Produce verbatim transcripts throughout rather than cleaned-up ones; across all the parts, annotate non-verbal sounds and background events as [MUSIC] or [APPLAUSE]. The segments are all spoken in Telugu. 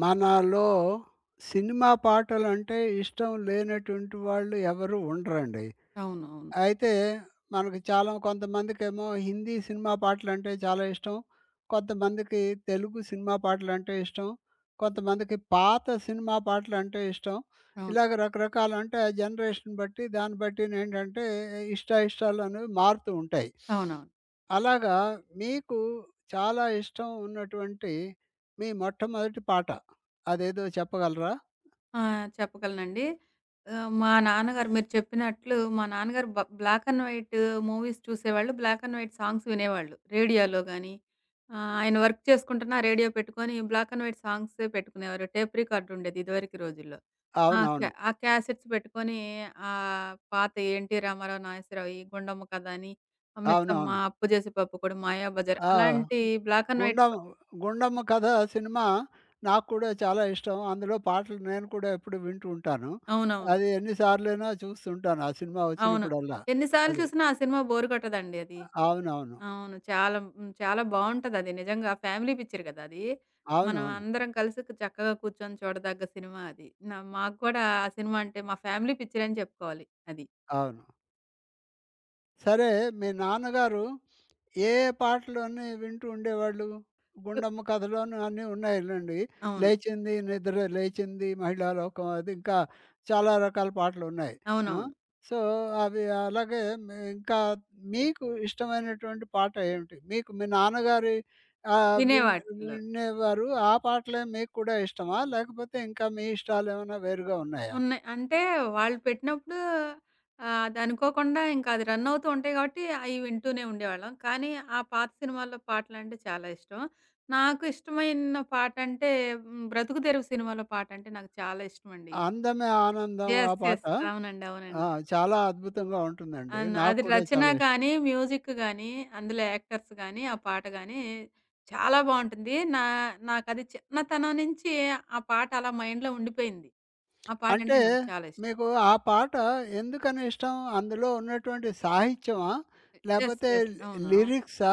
మనలో సినిమా పాటలంటే ఇష్టం లేనటువంటి వాళ్ళు ఎవరు ఉండరండి. అవునవును. అయితే మనకు చాలా కొంతమందికేమో హిందీ సినిమా పాటలంటే చాలా ఇష్టం. కొంతమందికి తెలుగు సినిమా పాటలంటే ఇష్టం. కొంతమందికి పాత సినిమా పాటలంటే ఇష్టం. అవును. ఇలాగ రకరకాలు అంటే ఆ జనరేషన్ బట్టి దాన్ని బట్టినేంటంటే ఇష్టాయిష్టాలనేవి మారుతూ ఉంటాయి. అవును అవునవును. అలాగా మీకు చాలా ఇష్టం ఉన్నటువంటి మీ మొట్టమొదటి పాట అదేదో చెప్పగలరా? ఆ! చెప్పగలనండి. ఆహ్, మా నాన్నగారు మీరు చెప్పినట్లు మా నాన్నగారు బ బ్లాక్ అండ్ వైట్ మూవీస్ చూసేవాళ్ళు. బ్లాక్ అండ్ వైట్ సాంగ్స్ వినేవాళ్ళు. రేడియోలో గాని, ఆహ్, ఆయన వర్క్ చేసుకుంటున్న రేడియో పెట్టుకొని బ్లాక్ అండ్ వైట్ సాంగ్సే పెట్టుకునేవారు. టేప్ రికార్డ్ ఉండేది ఇదివరకు రోజుల్లో. ఆ! అవునవును. క్యా ఆ క్యాసెట్స్ పెట్టుకొని ఆహ్, పాత 'ఎన్టీ రామారావు', 'నాగేశ్వరరావు', ఈ 'గుండమ్మ కథ' అని, 'మిస్సమ్మ', అవునవును. 'అప్పుజేసి పప్పుకూడు', 'మాయాబజార్' ఆ! అలాంటి బ్లాక్ అండ్ వైట్. గుండం 'గుండమ్మ కథ' సినిమా నాకు కూడా చాలా ఇష్టం. అందులో పాటలు నేను కూడా ఎప్పుడు వింటూ ఉంటాను. అవునవును. అది ఎన్ని సార్లైనా చూస్తుంటాను ఆ సినిమా అవును. వచ్చినప్పుడల్లా. ఎన్ని సార్లు అది. చూసినా ఆ సినిమా బోర్ కొట్టదండి అది. అవునవును. అవును. చాలా హ్మ్. చాలా బావుంటదది నిజంగా. ఫ్యామిలీ పిక్చర్ గదా అది. మనం అవునవును. అందరం కలిసి కు- చక్కగా కూర్చొని చూడదగ్గ సినిమా అది. నా మాకు కూడా ఆ సినిమా అంటే మా ఫ్యామిలీ పిక్చర్ అని చెప్పుకోవాలి అది. అవును. సరే, మీ నాన్నగారు ఏ పాటలన్నీ వింటూ ఉండేవాళ్ళు? 'గుండమ్మ కథలోను' అన్నీ ఉన్నాయిలెండి. అవును. 'లేచింది నిద్ర లేచింది మహిళా లోకం' అది ఇంకా చాలా రకాల పాటలున్నాయి. ఆ! అవునవును. సో, అవి అలాగే మీ ఇంకా మీకు ఇష్టమైనటువంటి పాట ఏమిటి? మీకు మీ నాన్నగారి ఆహ్, విన్ వినేవాటిలో. వినేవారు. ఆ పాటలే మీకు కూడా ఇష్టమా? లేకపోతే ఇంకా మీ ఇష్టాలేమైనా వేరుగా ఉన్నాయా? ఉన్నాయి. అంటే వాళ్ళు పెట్టినప్పుడు ఆహ్, అది అనుకోకుండా ఇంకా అది రన్ అవుతూ ఉంటాయి కాబట్టి అయి వింటూనే ఉండేవాళ్ళం. కానీ ఆ పాత సినిమాల్లో పాటలంటే చాలా ఇష్టం. నాకు ఇష్టమైన పాటంటే హ్మ్, 'బ్రతుకు తెరువు' సినిమాలో పాటంటే నాకు చాలా ఇష్టమండి. 'అందమే ఆనందం' ఆ యెస్. పాట యెస్. అవునండి. ఆ! అవునండి. చాలా అద్భుతంగా ఉంటుందండి. అవును. నాకు అది కూడా రచన చాలా ఇష్టం. గాని, మ్యూజిక్ గాని, అందులో యాక్టర్స్ గాని, ఆ పాట గాని చాలా బావుంటుంది. నా నాకది చిన్నతనం నుంచి ఆ పాట అలా మైండ్‌లో ఉండిపోయింది. ఆ అంటే పాటంటే నాకు చాలా ఇష్టం. మీకు ఆ పాట ఎందుకని ఇష్టం? అందులో ఉన్నటువంటి సాహిత్యమా? యెస్. లేపోతే యెస్. లి అవును. అవు లిరిక్సా?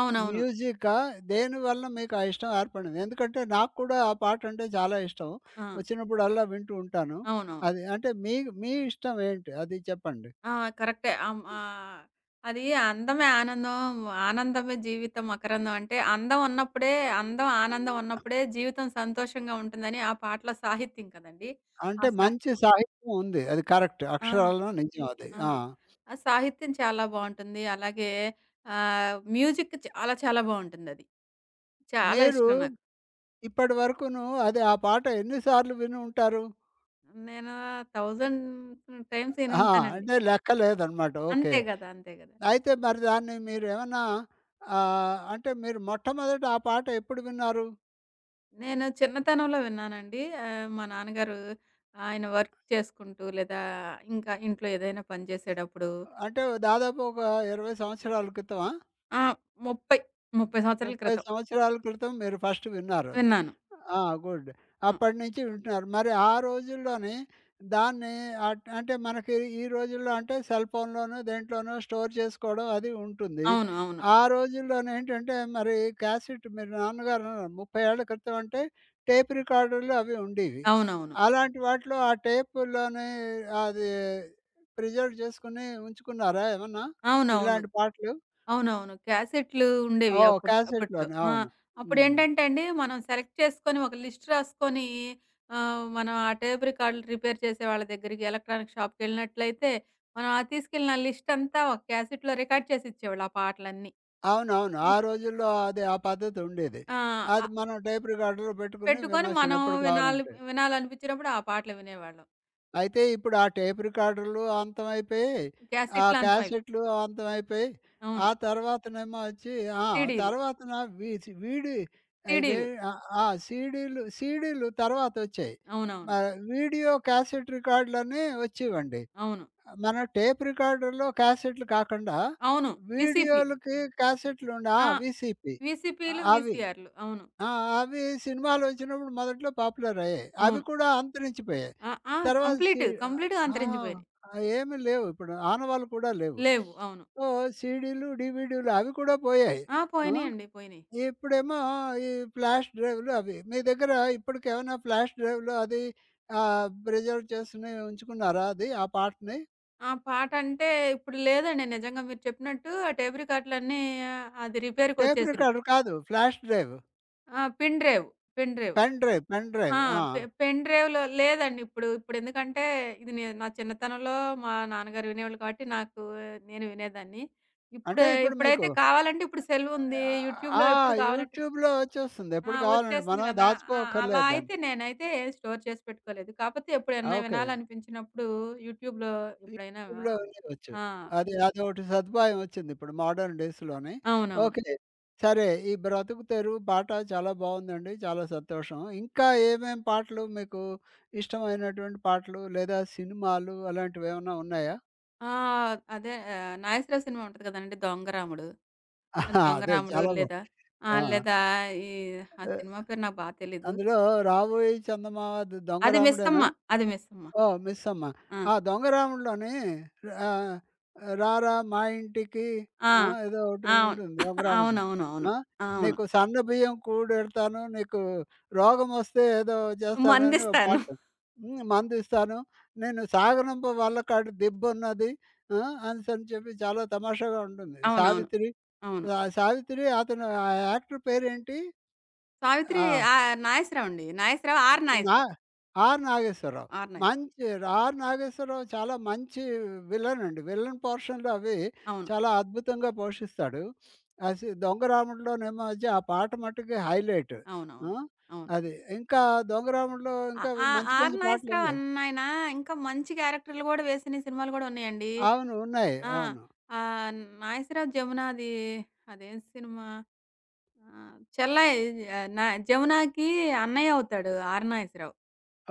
అవునవును. మ్యూజికా? దేనివల్ల మీకు ఆ ఇష్టం ఏర్పడింది? ఎందుకంటే నాకు కూడా ఆ పాటంటే చాలా ఇష్టం. ఆ! వచ్చినప్పుడల్లా వింటూ ఉంటాను. అవునవును. అది అంటే మీ మీ ఇష్టం ఏంటి? అది చెప్పండి. ఆ! కరెక్టే. ఆహ్, ఆహ్, అది అందమే ఆనందం, ఆనందమే జీవితం మకరందం అంటే, అందం ఉన్నప్పుడే, అందం, ఆనందం ఉన్నప్పుడే జీవితం సంతోషంగా ఉంటుందని ఆ పాటలో సాహిత్యం కదండీ! ఆ అంటే సా మంచి సాహిత్యం ఉంది. అది కరెక్ట్. ఆ! అక్షరాలా నిజం అది. ఆ! ఆ! ఆ సాహిత్యం చాలా బావుంటుంది. అలాగే ఆహ్, మ్యూజిక్ చాలా చాలా బావుంటుందది. చాలా మీరు ఇష్టం నాకు. ఇప్పటి వరకును అది ఆ పాట ఎన్ని సార్లు విని ఉంటారు? నేను వెయ్యి టైమ్స్ ఆహా! ఇనుంటానండి. అంటే లెక్క లేదనమాట. ఓకే. అంతే గదా! అంతే గదా! అయితే మరి దాన్ని మీరేమన్నా ఆహ్, అంటే మీరు మొట్టమొదట ఆ పాట ఎప్పుడు విన్నారు? నేను చిన్నతనంలో విన్నానండి. ఆహ్, మా నాన్నగారు ఆయన వర్క్ చేసుకుంటూ లేదా ఇంకా ఇంట్లో ఏదైనా పని చేసేటప్పుడు. అంటే దాదాపు ఒక ఇరవై సంవత్సరాల క్రితమా? ఆ! ముప్పై, ముప్పై సంవత్సరాల ముప్పై క్రితం సంవత్సరాల క్రితం మీరు ఫస్ట్ విన్నారు అది. విన్నాను. ఆ! గుడ్. ఆ! అప్పటినుంచి వింటున్నారు. మరి ఆ రోజుల్లోని దాన్ని అట్ అంటే మనకి ఈ రోజుల్లో అంటే సెల్ ఫోన్‌లోనూ, దేంట్లోనూ స్టోర్ చేసుకోవడం అది ఉంటుంది. అవును. అవును. ఆ రోజుల్లోనేంటంటే మరి క్యాసెట్ మీరు నాన్నగారు అన్నారు ముప్పై ఏళ్ల క్రితం అంటే టేప్ రికార్డర్‌లు అవి ఉండేవి. అవునవును. అలాంటి వాటిలో ఆ టేపుల్లోని అది ప్రిజర్వ్ చేసుకొని ఉంచుకున్నారా ఏమన్నా? అవునవును. ఇలాంటి పాటలు? అవునవును. క్యాసెట్లు ఉండేవి ఓహ్! అప్పుడు అప్పట్లో. క్యాసెట్‌లోనే. ఆ! అవును. హ్మ్. అప్పుడేంటంటే అండి మనం సెలెక్ట్ చేసుకొని ఒక లిస్ట్ రాసుకొని ఆహ్, మనం ఆ టేప్ రికార్డులు రిపేర్ చేసే వాళ్ళ దగ్గరికి ఎలక్ట్రానిక్ షాప్‌కెళ్ళినట్లయితే మనం ఆ తీసుకెళ్ళిన లిస్ట్ అంతా ఒక క్యాసెట్‌లో రికార్డ్ చేసి ఇచ్చేవాళ్ళు ఆ పాటలన్నీ. అవునవును. ఆ రోజుల్లో అది ఆ పద్ధతి ఉండేది. ఆ! అది ఆహ్, మనం టేప్ రికార్డర్‌లో పెట్టుకొని పెట్టుకొని వినొచ్చును మనం ఎప్పుడు వినాలి కావాలంటే. వినాలనిపించినప్పుడు ఆ పాటలు వినేవాళ్ళం. అయితే ఇప్పుడు ఆ టేప్ రికార్డర్‌లు అంతమైపోయాయి. ఆ క్యాసెట్లు అంతమై క్యాసెట్‌లు అంతమైపోయాయి. ఆ అవును. తర్వాతనేమో వచ్చి ఆ! సీడీలు, తర్వాతన వి సి వీడి ఇవే సీడీలు. ఆ! ఆ! సీడీలు, సీడీలు తర్వాతొచ్చాయి. అవునవును. ఆహ్, వీడియో క్యాసెట్ రికార్డులని వచ్చేవండి. అవును. మన టేప్ రికార్డర్‌లో క్యాసెట్‌లు కాకుండా అవును. వీసీపీ. వీడియోలకి క్యాసెట్‌లు ఉండే ఆ! ఆ! వీసీపీ వీసీపీలు, అవి. వీసీఆర్‌లు. అవును. ఆ! అవి సినిమాలొచ్చినప్పుడు మొదట్లో పాపులర్ అయ్యాయి. అవి అవును. కూడా అంతరించిపోయాయి. ఆ! ఆ! తర్వాత సి కంప్లీట్. కంప్లీట్‌గా ఆ! అంతరించిపోయినాయి. ఆ! ఏమి లేవు, ఇప్పుడు ఆనవాళ్ళు కూడా లేవు. లేవు. అవును. సో, సీడీలు, డీవీడీలు అవి కూడా పోయాయి. ఆ! ఆ! పోయినాయండి. పోయినాయి. ఇప్పుడేమో ఈ ఫ్లాష్ డ్రైవ్‌లు అవి. మీ దగ్గర ఇప్పటికేమైనా ఫ్లాష్ డ్రైవ్‌లు అది ఆహ్, ప్రిజర్వ్ చేసుకొని ఉంచుకున్నారా అది ఆ పార్ట్‌ని? ఆ పాటంటే ఇప్పుడు లేదండి నిజంగా మీరు చెప్పినట్టు ఆ టేప్ రికార్డులన్నీ అది టేప్ రిపేర్‌కొచ్చేసినాయి. రికార్డర్ కాదు. Flash drive. ఆ! Pin drive, pin drive. Pen drive, pen ఆ! డ్రైవ్. ఆ! పె పెన్ డ్రైవ్‌లో లేదండి. ఇప్పుడు ఇప్పుడెందుకంటే ఇది నేను నా చిన్నతనంలో మా నాన్నగారు వినేవాళ్ళు కాబట్టి నాకు నేను వినేదాన్ని. అంటే ఇప్పుడు ఇప్పుడు మీకు ఇప్పుడైతే కావాలంటే ఇప్పుడు సెలువుంది. ఆ! యూట్యూబ్‌లో ఎప్పుడు కావాలంటే. యూట్యూబ్‌లో వచ్చేస్తుంది. ఆ! ఎప్పుడు కావాలంటే వచ్చేస్తుంది మనం కదా! ఆ! అలా దాచుకోక్కర్లేదు దాన్ని. అయితే నేనైతే ఏది స్టోర్ చేసి పెట్టుకోలేదు. కాపోతే ఎప్పుడన్నా ఓకే. వినాలనిపించినప్పుడు యూట్యూబ్‌లో ఎప్పుడైనా. యూట్యూబ్‌లో వినేయొచ్చు. ఆ! అది అదొకటి సదుపాయం వచ్చింది ఇప్పుడు మోడర్న్ డేస్‌లోని. అవునవును. ఓకే. సరే. ఈ బ్రతుకు తెరువు పాట చాలా బావుందండి. చాలా సంతోషం. ఇంకా ఏమేం పాటలు మీకు ఇష్టమైనటువంటి పాటలు లేదా సినిమాలు అలాంటివేమన్నా ఉన్నాయా? ఆ! అదే ఆహ్, నాగేశ్వరరావు సినిమా ఉంటది కదండీ! 'దొంగరాముడు.' [LAUGHS] ఆహా, అదే 'దొంగరాముడు' చాలా లేదా బావుంది. ఆ! ఆ! లేదా ఈ ఆ ఎ సినిమా పేరు నాకు బా తెలీదు. అందులో 'రాబోయే చందమామ' ద 'దొంగ అది మిస్సమ్మ. రాముడేనా'? అది మిస్సమ్మ. ఓహ్! మిస్సమ్మ. ఆ! ఆ 'దొంగ రాముడులోని' ఆహ్, 'రారా మా ఇంటికి' ఆ! ఆ! ఏదో ఒకటి అవును. ఉంటుంది 'దొంగ రాముడులో'. అవునవునవును. ఆ! అవును. నీకు సన్న బియ్యం కూడెడతాను, నీకు రోగమొస్తే ఏదో చేస్తానని ఓ మందిస్తాను. పాట. హ్మ్. మందిస్తాను, నిన్ను సాగనంప వల్లకాడు దిబ్బున్నది. ఆ! అనేసని చెప్పి చాలా తమాషాగా ఉంటుంది. అవునవును. సావిత్రి, అవును. ఆ సావిత్రి అతను ఆ యాక్టర్ పేరేంటి? సావిత్రి. ఆ ఆహ్, నాగేశ్వరరావు అండి. నాగేశ్వరరావు, ఆర్ నా నాగేశ్వరరావు. 'ఆర్ నాగేశ్వరరావు'. ఆర్ నాగేశ్వరరావు. మంచి 'ఆర్ నాగేశ్వరరావు' చాలా మంచి విలన్ అండి. విలన్ పోర్షన్‌లు అవి అవును. చాలా అద్భుతంగా పోషిస్తాడు. అసి 'దొంగ రాముడులోనేమో వచ్చి ఆ పాట మట్టుకి హైలైట్. ఆ! అవునవును. అవును. అది. ఇంకా 'దొంగ రాముడులో' ఇంకా ఆహ్, ఆ మంచి ఆర్ మంచి నాగేశ్వరరావు పాటలున్నాయి. అన్నాయన ఇంకా మంచి క్యారెక్టర్‌లు గూడా వేసిన సినిమాలు గూడా ఉన్నాయండి. అవును. ఉన్నాయి. ఆ! అవును. ఆహ్, నాగేశ్వరరావు, జమునాది అదేం సినిమా? ఆహ్, చెల్లాయి. ఆహ్, నా జమునాకి అన్నయ్య అవుతాడు ఆర్ నాగేశ్వరరావు.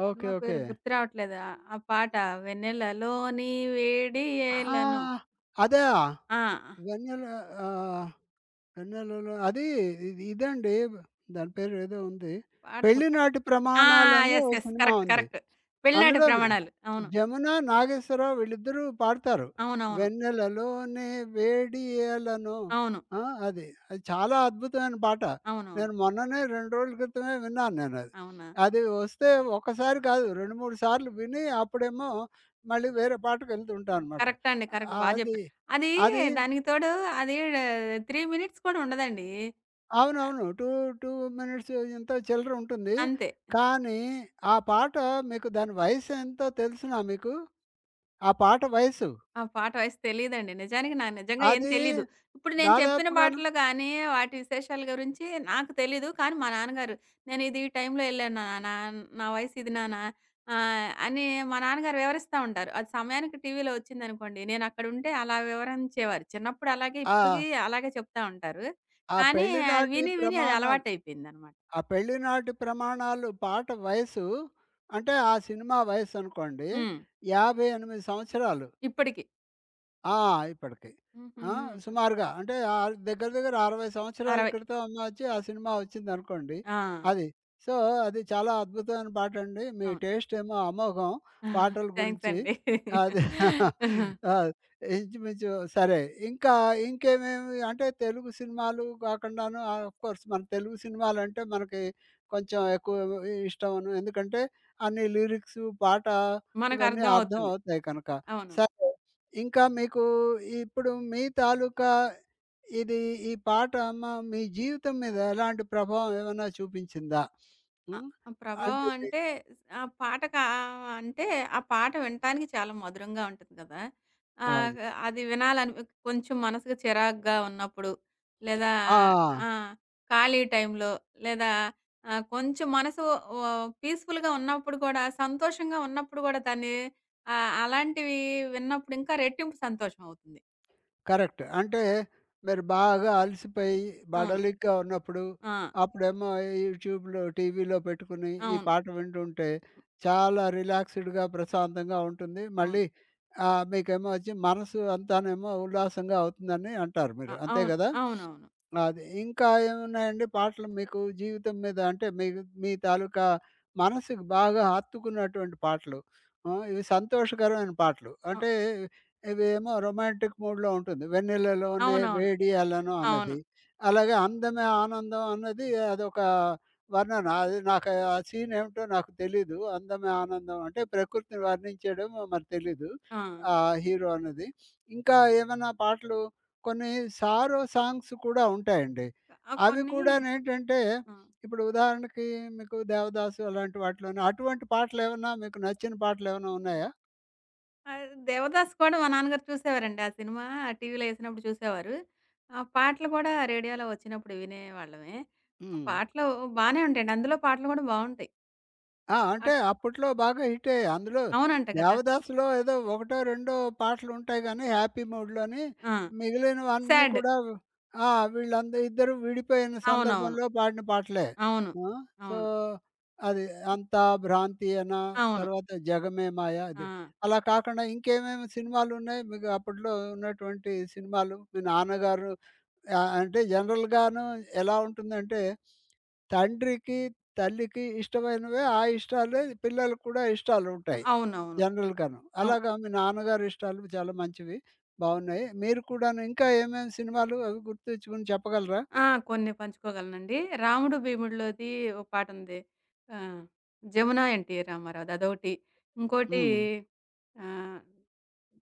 ఓకే. సినిమా ఓకే. పేరు గుర్తు రావట్లేదా? ఆ పాట 'వెన్నెలలోని వేడి ఆ! ఏలనో.' అదా! ఆ! వెన్నెల ఆహ్, వెన్నెలలో అది ఇది- ఇదండి, దాని పేరు ఏదో ఉంది. పాట గుర్తు 'పెళ్ళినాటి ఆ! ప్రమాణాలు' అని ఓ యెస్. యెస్. సినిమా కరెక్ట్. ఉంది. కరెక్ట్. పెళ్ళినాటి అందులోన ప్రమాణాలు. అవును. జమున, నాగేశ్వరరావు వీళ్ళిద్దరూ పాడతారు. అవునవును. 'వెన్నెలలోనే వేడి అలనో' అవును. ఆ! అది. అది చాలా అద్భుతమైన పాట. అవునవును. నేను మొన్ననే రెండు రోజుల క్రితమే విన్నాను నేనది. అది అవునా! అది వస్తే ఒక్కసారి కాదు రెండు, మూడు సార్లు విని అప్పుడేమో మళ్ళీ వేరే పాటకెళ్తుంటాననమాట. కరెక్ట్ అండి. కరెక్ట్. బా అది, జెప్పారు. అది అది దానికి తోడు అది మూడు మినిట్స్ కూడా ఉండదండి. అవునవును. రెండు, రెండు మినిట్స్ ఎంతో చిల్లర ఉంటుంది. అంతే. కానీ ఆ పాట మీకు దాని వయసెంతో తెలుసునా మీకు? ఆ పాట వయసు? ఆ! పాట వాయిస్ తెలీదండి. నిజానికి నాకు నిజంగా ఏం అది తెలీదు. ఇప్పుడు నేను చెప్పిన దాదాపుగాను పాటలు గానీ, వాటి విశేషాల గురించి నాకు తెలీదు. కానీ మా నాన్నగారు, "నేనిది ఈ టైంలో ఎళ్ళాను నాన్న. నా వయసు ఇది నాన్న" ఆహ్, అని మా నాన్నగారు వివరిస్తా ఉంటారు. అది సమయానికి టీవీలో వచ్చిందనుకోండి, నేనక్కడుంటే అలా వివరించేవారు. చిన్నప్పుడు అలాగే, ఆ! ఇప్పటికి అలాగే చెప్తా ఉంటారు. ఆ కానీ పెళ్ళినాటి విని, విని అది ప్రమాణాలు, అలవాటయిపోయిందనమాట. ఆ పెళ్ళినాటి ప్రమాణాలు పాట వయసు అంటే, ఆ సినిమా వయసనుకోండి హ్మ్. యాభై ఎనిమిది సంవత్సరాలు. ఇప్పటికి. ఆ! ఇప్పటికి. ఆ! హుహుహు. సుమారుగా అంటే ఆహ్, దగ్గర దగ్గర అరవై సంవత్సరాల అరవై. క్రితం అమ్మ వచ్చి ఆ సినిమా వచ్చిందనుకోండి. ఆ! అది. సో, అది చాలా అద్భుతమైన పాటండి. మీ అవును. టేస్ట్ ఏమో అమోఘం [LAUGHS] పాటల థాంక్స్ గురించి. అండి. అది ఆ! ఇంచుమించు సరే. ఇంకా ఇంకేమేమి అంటే తెలుగు సినిమాలు కాకుండాను ఆహ్, ఆఫ్ కోర్స్ మన తెలుగు సినిమాలంటే మనకి కొంచెం ఎక్కువ ఇ ఇష్టమును. ఎందుకంటే అన్ని లిరిక్సు, పాట ఇవన్నీ అర్థం మనకర్థమవుతుంది. అవుతాయి కనుక. అవును. సరే, ఇంకా మీకు ఇప్పుడు మీ తాలూకా ఇది ఈ పాట మ మీ జీవితం మీద ఎలాంటి ప్రభావం ఏమైనా చూపించిందా? ఆ! హ్మ్. ఆ అంటే ప్రభావం మీ అంటే ఆ పాట కా అంటే ఆ పాట వినటానికి చాలా మధురంగా ఉంటుంది కదా! అవును. ఆహ్, అది వినాలని కొంచెం మనసుకి చిరాకుగా ఉన్నప్పుడు లేదా ఆ! ఆ! ఖాళీ టైంలో లేదా ఆహ్, కొంచెం మనసు ఓ పీస్‌ఫుల్‌గా ఉన్నప్పుడు కూడా సంతోషంగా ఉన్నప్పుడు కూడా దాన్ని ఆహ్, అలాంటివి విన్నప్పుడు ఇంకా రెట్టింపు సంతోషం అవుతుంది. కరెక్ట్. అంటే మీరు బాగా అలసిపోయి అవును. బడలిగ్గా ఉన్నప్పుడు, ఆ! అప్పుడేమో యూట్యూబ్‌లో, టీవీలో పెట్టుకుని ఈ అవును. పాట వింటుంటే చాలా రిలాక్స్‌డ్‌గా, ప్రశాంతంగా ఉంటుంది. అవును. మళ్ళీ ఆహ్, మీకేమో వచ్చి మనసు అంతానేమో ఉల్లాసంగా అవుతుందని అంటారు ఆ! మీరు. అంతే అవును. గదా! అవునవును. అది. ఇంకా ఏమున్నాయండి పాటలు మీకు జీవితం మీద అంటే మీకు మీ తాలూకా మనసుకు బాగా హత్తుకున్నటువంటి పాటలు? ఆహ్, ఇవి సంతోషకరమైన పాటలు. అ అంటే ఇవేమో రొమాంటిక్ మూడ్‌లో ఉంటుంది. 'వెన్నెలలోనే అవునవును. వేడియాలను' అవును. అన్నది. అలాగే 'అందమే ఆనందం' అన్నది అదొక వర్ణన. అది నాకు ఆ సీన్ ఏమిటో నాకు తెలీదు. 'అందమే ఆనందం' అంటే ప్రకృతిని వర్ణించేయడమో మరి తెలీదు. ఆ! ఆ హీరో అన్నది. ఇంకా ఏమన్నా పాటలు కొన్ని 'సారో' సాంగ్స్ కూడా ఉంటాయండి. ఆహ్, అవి కొన్ని. కూడానేంటంటే ఆ! ఇప్పుడు ఉదాహరణకి మీకు 'దేవదాసు' అలాంటి వాటిలోనే అటువంటి పాటలేమన్నా మీకు నచ్చిన పాటలేమన్నా ఉన్నాయా? ఆహ్, 'దేవదాస్' కూడా మా నాన్నగారు చూసేవారండి. ఆ సినిమా టీవీలో ఏసినప్పుడు చూసేవారు. ఆ పాటలు కూడా రేడియోలో వచ్చినప్పుడు వినేవాళ్ళమే. ఆ హ్మ్. పాటలు బానే ఉంటాయండి. అందులో పాటలు కూడా బావుంటాయి. ఆ! అంటే అట్ అప్పట్లో బాగా హిట్టే. అందులో అవునంట కదా! 'దేవదాసులో' ఏదో ఒకటో, రెండో పాటలుంటాయి గానీ 'హ్యాపీ మూడ్‌లోని' ఆ! మిగిలినవన్నీ సాడ్. కూడా ఆ! వీళ్ళంద ఇద్దరు విడిపోయిన అవునవును. సందర్భంలో పాడిన పాటలే. అవును. ఆ! సో, అవును. అది 'అంతా భ్రాంతియేనా' అవును. తర్వాత 'జగమే మాయ' ఆ! అది. అలా కాకుండా ఇంకేమేమి సినిమాలున్నాయి మీకు అప్పట్లో ఉన్నటువంటి సినిమాలు? మీ నాన్నగారు ఆ! అంటే జనరల్‌గాను ఎలా ఉంటుందంటే, తండ్రికి, తల్లికి ఇష్టమైనవే ఆ ఇష్టాలే పిల్లలకు కూడా ఇష్టాలుంటాయి. అవునవును. జనరల్‌గాను. అవును. అలాగా మీ నాన్నగారి ఇష్టాలు చాలా మంచివి. బావున్నాయి. మీరు కూడాను ఇంకా ఏమేమి సినిమాలు అవి గుర్తు తెచ్చుకొని చెప్పగలరా? ఆ! కొన్ని పంచుకోగలనండి. 'రాముడు భీముడిలోది' ఓ పాటుంది. ఆహ్, 'జమున ఎన్టీ రామారావుది' అదొకటి. ఇంకోటి హ్మ్. ఆహ్,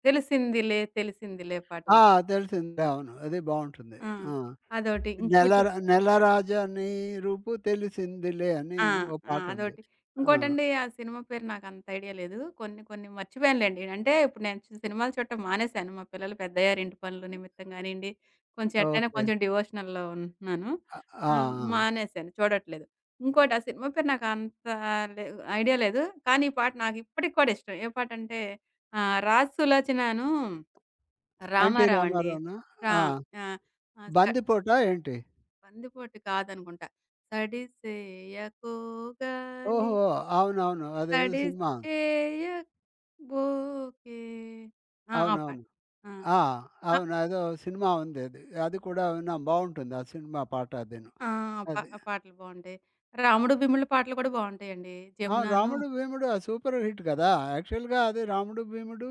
'తెలిసిందిలే తెలిసిందిలే' ఆ! పాటొకటి. తెలిసింది. అవును. అది బావుంటుంది. ఆ! ఆ! అదొకటి. నెల ఇంకోటి నెలరాజని రూపు తెలిసిందిలే అని ఆ! ఓ ఆ! పాటుంది. అదోటి. ఆ! ఇంకోటండి ఆ సినిమా పేరు నాకంత ఐడియా లేదు. కొన్ని కొన్ని మర్చిపోయానులెండి. అంటే ఇప్పుడు నేను చు సినిమాలు చూడటం మానేశాను. మా పిల్లలు పెద్దయ్యారు. ఇంటి పనుల నిమిత్తం గానియండి, కొంచెం ఎట్టైనా ఓకే. కొంచెం డివోషనల్‌లో ఉంటున్నాను. ఆ! ఆ! ఆ! ఆ! మానేశాను చూడట్లేదు. ఇంకోటి ఆ సినిమా పేరు నాకంత లే ఐడియా లేదు. కానీ ఈ పాట నాకిప్పటికి కూడా ఇష్టం. ఏ పాటంటే ఆహ్, 'రాజ్ సులోచనను' 'ఎన్టీ 'రామారావండి.' రామారావునా'? రా ఆ! ఆహ్, ఆ! స బందిపోట ఏంటి? 'బందిపోటు' కాదనుకుంటా. 'సడిసేయకోగాలి' ఓహో! అవునవును. అదేదో సినిమా. తడిచేయబోకే. ఆ! ఆ పాట. అవునవును. ఆ! ఆ! అ అవును. అదో సినిమా ఉంది అది. అది కూడా విన్నాం, బావుంటుంది ఆ సినిమా పాట అదీను. ఆ! పా అది. ఆ పాటలు బావుంటాయి. రాముడు, భీముడు పాటలు కూడా బావుంటాయండి. ఆ! 'జమునాను' 'రాముడు భీముడు' ఆ సూపర్ హిట్ కదా! యాక్చువల్‌గా అది 'రాముడు భీముడు'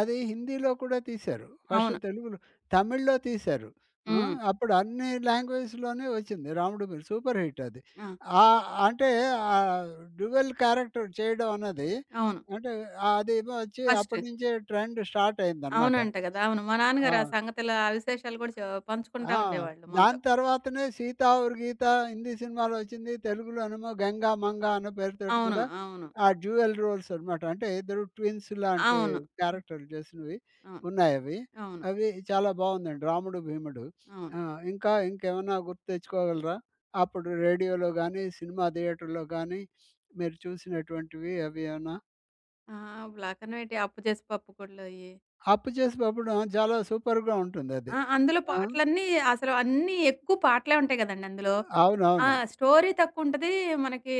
అది హిందీలో కూడా తీశారు. ఫస్ట్ అవును. తెలుగులో, తమిళ్‌లో తీశారు. ఆ! హ్మ్. అప్పుడు అన్ని లాంగ్వేజ్‌లోనే వచ్చింది 'రాముడు భీముడు' సూపర్ హిట్ అది. ఆ! ఆహ్, అంటే ఆహ్, డ్యుయల్ క్యారెక్టర్ చేయడం అన్నది అవును. అంటే అదేమో వచ్చి ఫస్ట్. అప్పటి నుంచే ట్రెండ్ స్టార్ట్ అయిందనమాట. అవునంట గదా! అవును. మా ఆ! నాన్నగారు ఆ సంగతులు, ఆ విశేషాలు కూడా చె పంచుకుంటా ఆ! ఉండేవాళ్ళు మాతో. దాని తర్వాతనే 'సీత ఔర్ గీత' హిందీ సినిమాలో వచ్చింది. తెలుగులోనేమో 'గంగా మంగ' అన్న పేరుతోటి అవును. కూడా అవును. ఆ డ్యూయల్ రోల్స్ అనమాట. అంటే ఇద్దరు ట్విన్స్ లాంటి అవును. క్యారెక్టర్లు చేసినవి అవును. ఉన్నాయవి. అవును. అవి చాలా బావుందండి 'రాముడు భీముడు.' అవును. ఆ! ఇంకా ఇంకేమన్నా గుర్తు తెచ్చుకోగలరా? అప్పుడు రేడియోలో గానీ, సినిమా థియేటర్‌లో గానీ మీరు చూసినటువంటివి అవి ఏమన్నా? ఆ! బ్లాక్ అండ్ వైట్ 'అప్పు చేసి పప్పు కూడలోయి.' 'అప్పు చేసి బప్పుడు' చాలా సూపర్‌గా ఉంటుందది. ఆ! అందులో ఆ! పాటలన్నీ అసలు అన్నీ ఎక్కువ పాటలే ఉంటాయి గదండీ అందులో. ఆ! అవునవును. స్టోరీ తక్కువుంటది. మనకి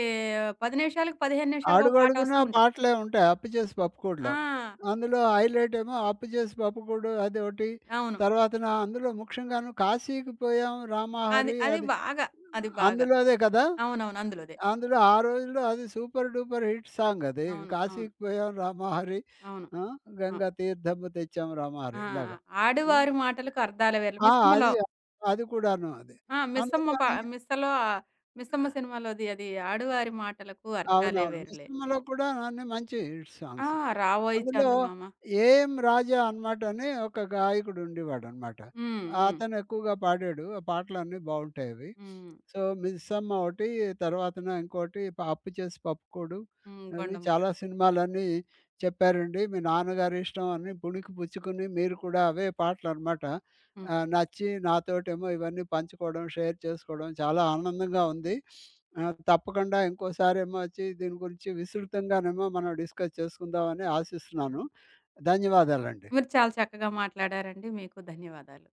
పది నిమిషాలకు, పదిహేను నిమిషాలకు ఒక పాట అడుగడుగునా వస్తూ ఉంటది. పాటలే ఉంటాయి 'అప్పచేసి పప్పుకూడ'లో. ఆ! అందులో హైలైట్ ఏమో 'అప్పచేసి పప్పుకూడు' అదొకటి. అవును. తర్వాతన అందులో ముఖ్యంగాను 'కాశీకి పోయాం అది రామహరి' అది అది. బాగా. అది బాగా. అందులోదే కదా! అవునవును. అందులోదే. అందులో ఆ రోజుల్లో అది సూపర్ డూపర్ హిట్ సాంగ్ అది. అవును. అవును. 'కాశీకి పోయాం రామహరి' అవును. ఆ! అవును. 'గంగా తీర్థము తెచ్చాం ఆ! రామహరి' ఇలాగ. ఆ! హ్మ్. ఆడువారి మాటలకు అర్థాల వేర్లు. ఆ! అది మిస్సమ్మలో. అది కూడాను అది. ఆ! మిస్సమ్మ పా అందులోని మిస్సలో మిస్సమ్మ సినిమాలోది అది ఆడువారి మాటలకు అర్థాలే అవునవును. వేరులే. మిశ్రమలో కూడా అన్ని మంచి హిట్ ఆ! సాంగ్స్. 'రావోయి అందులో చందమామ.' 'ఏఎం రాజా' అనమాట అని ఒక గాయకుడు ఉండేవాడనమాట. హ్మ్. హ్మ్. అతను ఎక్కువగా పాడాడు. ఆ పాటలన్నీ బావుంటాయవి. హ్మ్. సో, 'మిస్సమ్మ' ఒకటి, తర్వాతన ఇంకోటి ప- 'అప్పు చేసి పప్పుకూడు' హ్మ్. అవి 'గుండమ్మ చాలా కథ.' సినిమాలన్నీ చెప్పారండి. మీ నాన్నగారి ఇష్టం అని పుణికి పుచ్చుకుని మీరు కూడా అవే పాటలనమాట. హ్మ్. ఆ! నచ్చి నాతోటేమో ఇవన్నీ పంచుకోవడం, షేర్ చేసుకోవడం చాలా ఆనందంగా ఉంది. ఆ! తప్పకుండా ఇంకోసారేమో వచ్చి దీని గురించి విస్తృతంగానేమో మనం డిస్కస్ చేసుకుందామని ఆశిస్తున్నాను. ధన్యవాదాలండి. మీరు చాలా చక్కగా మాట్లాడారండి. మీకు ధన్యవాదాలు.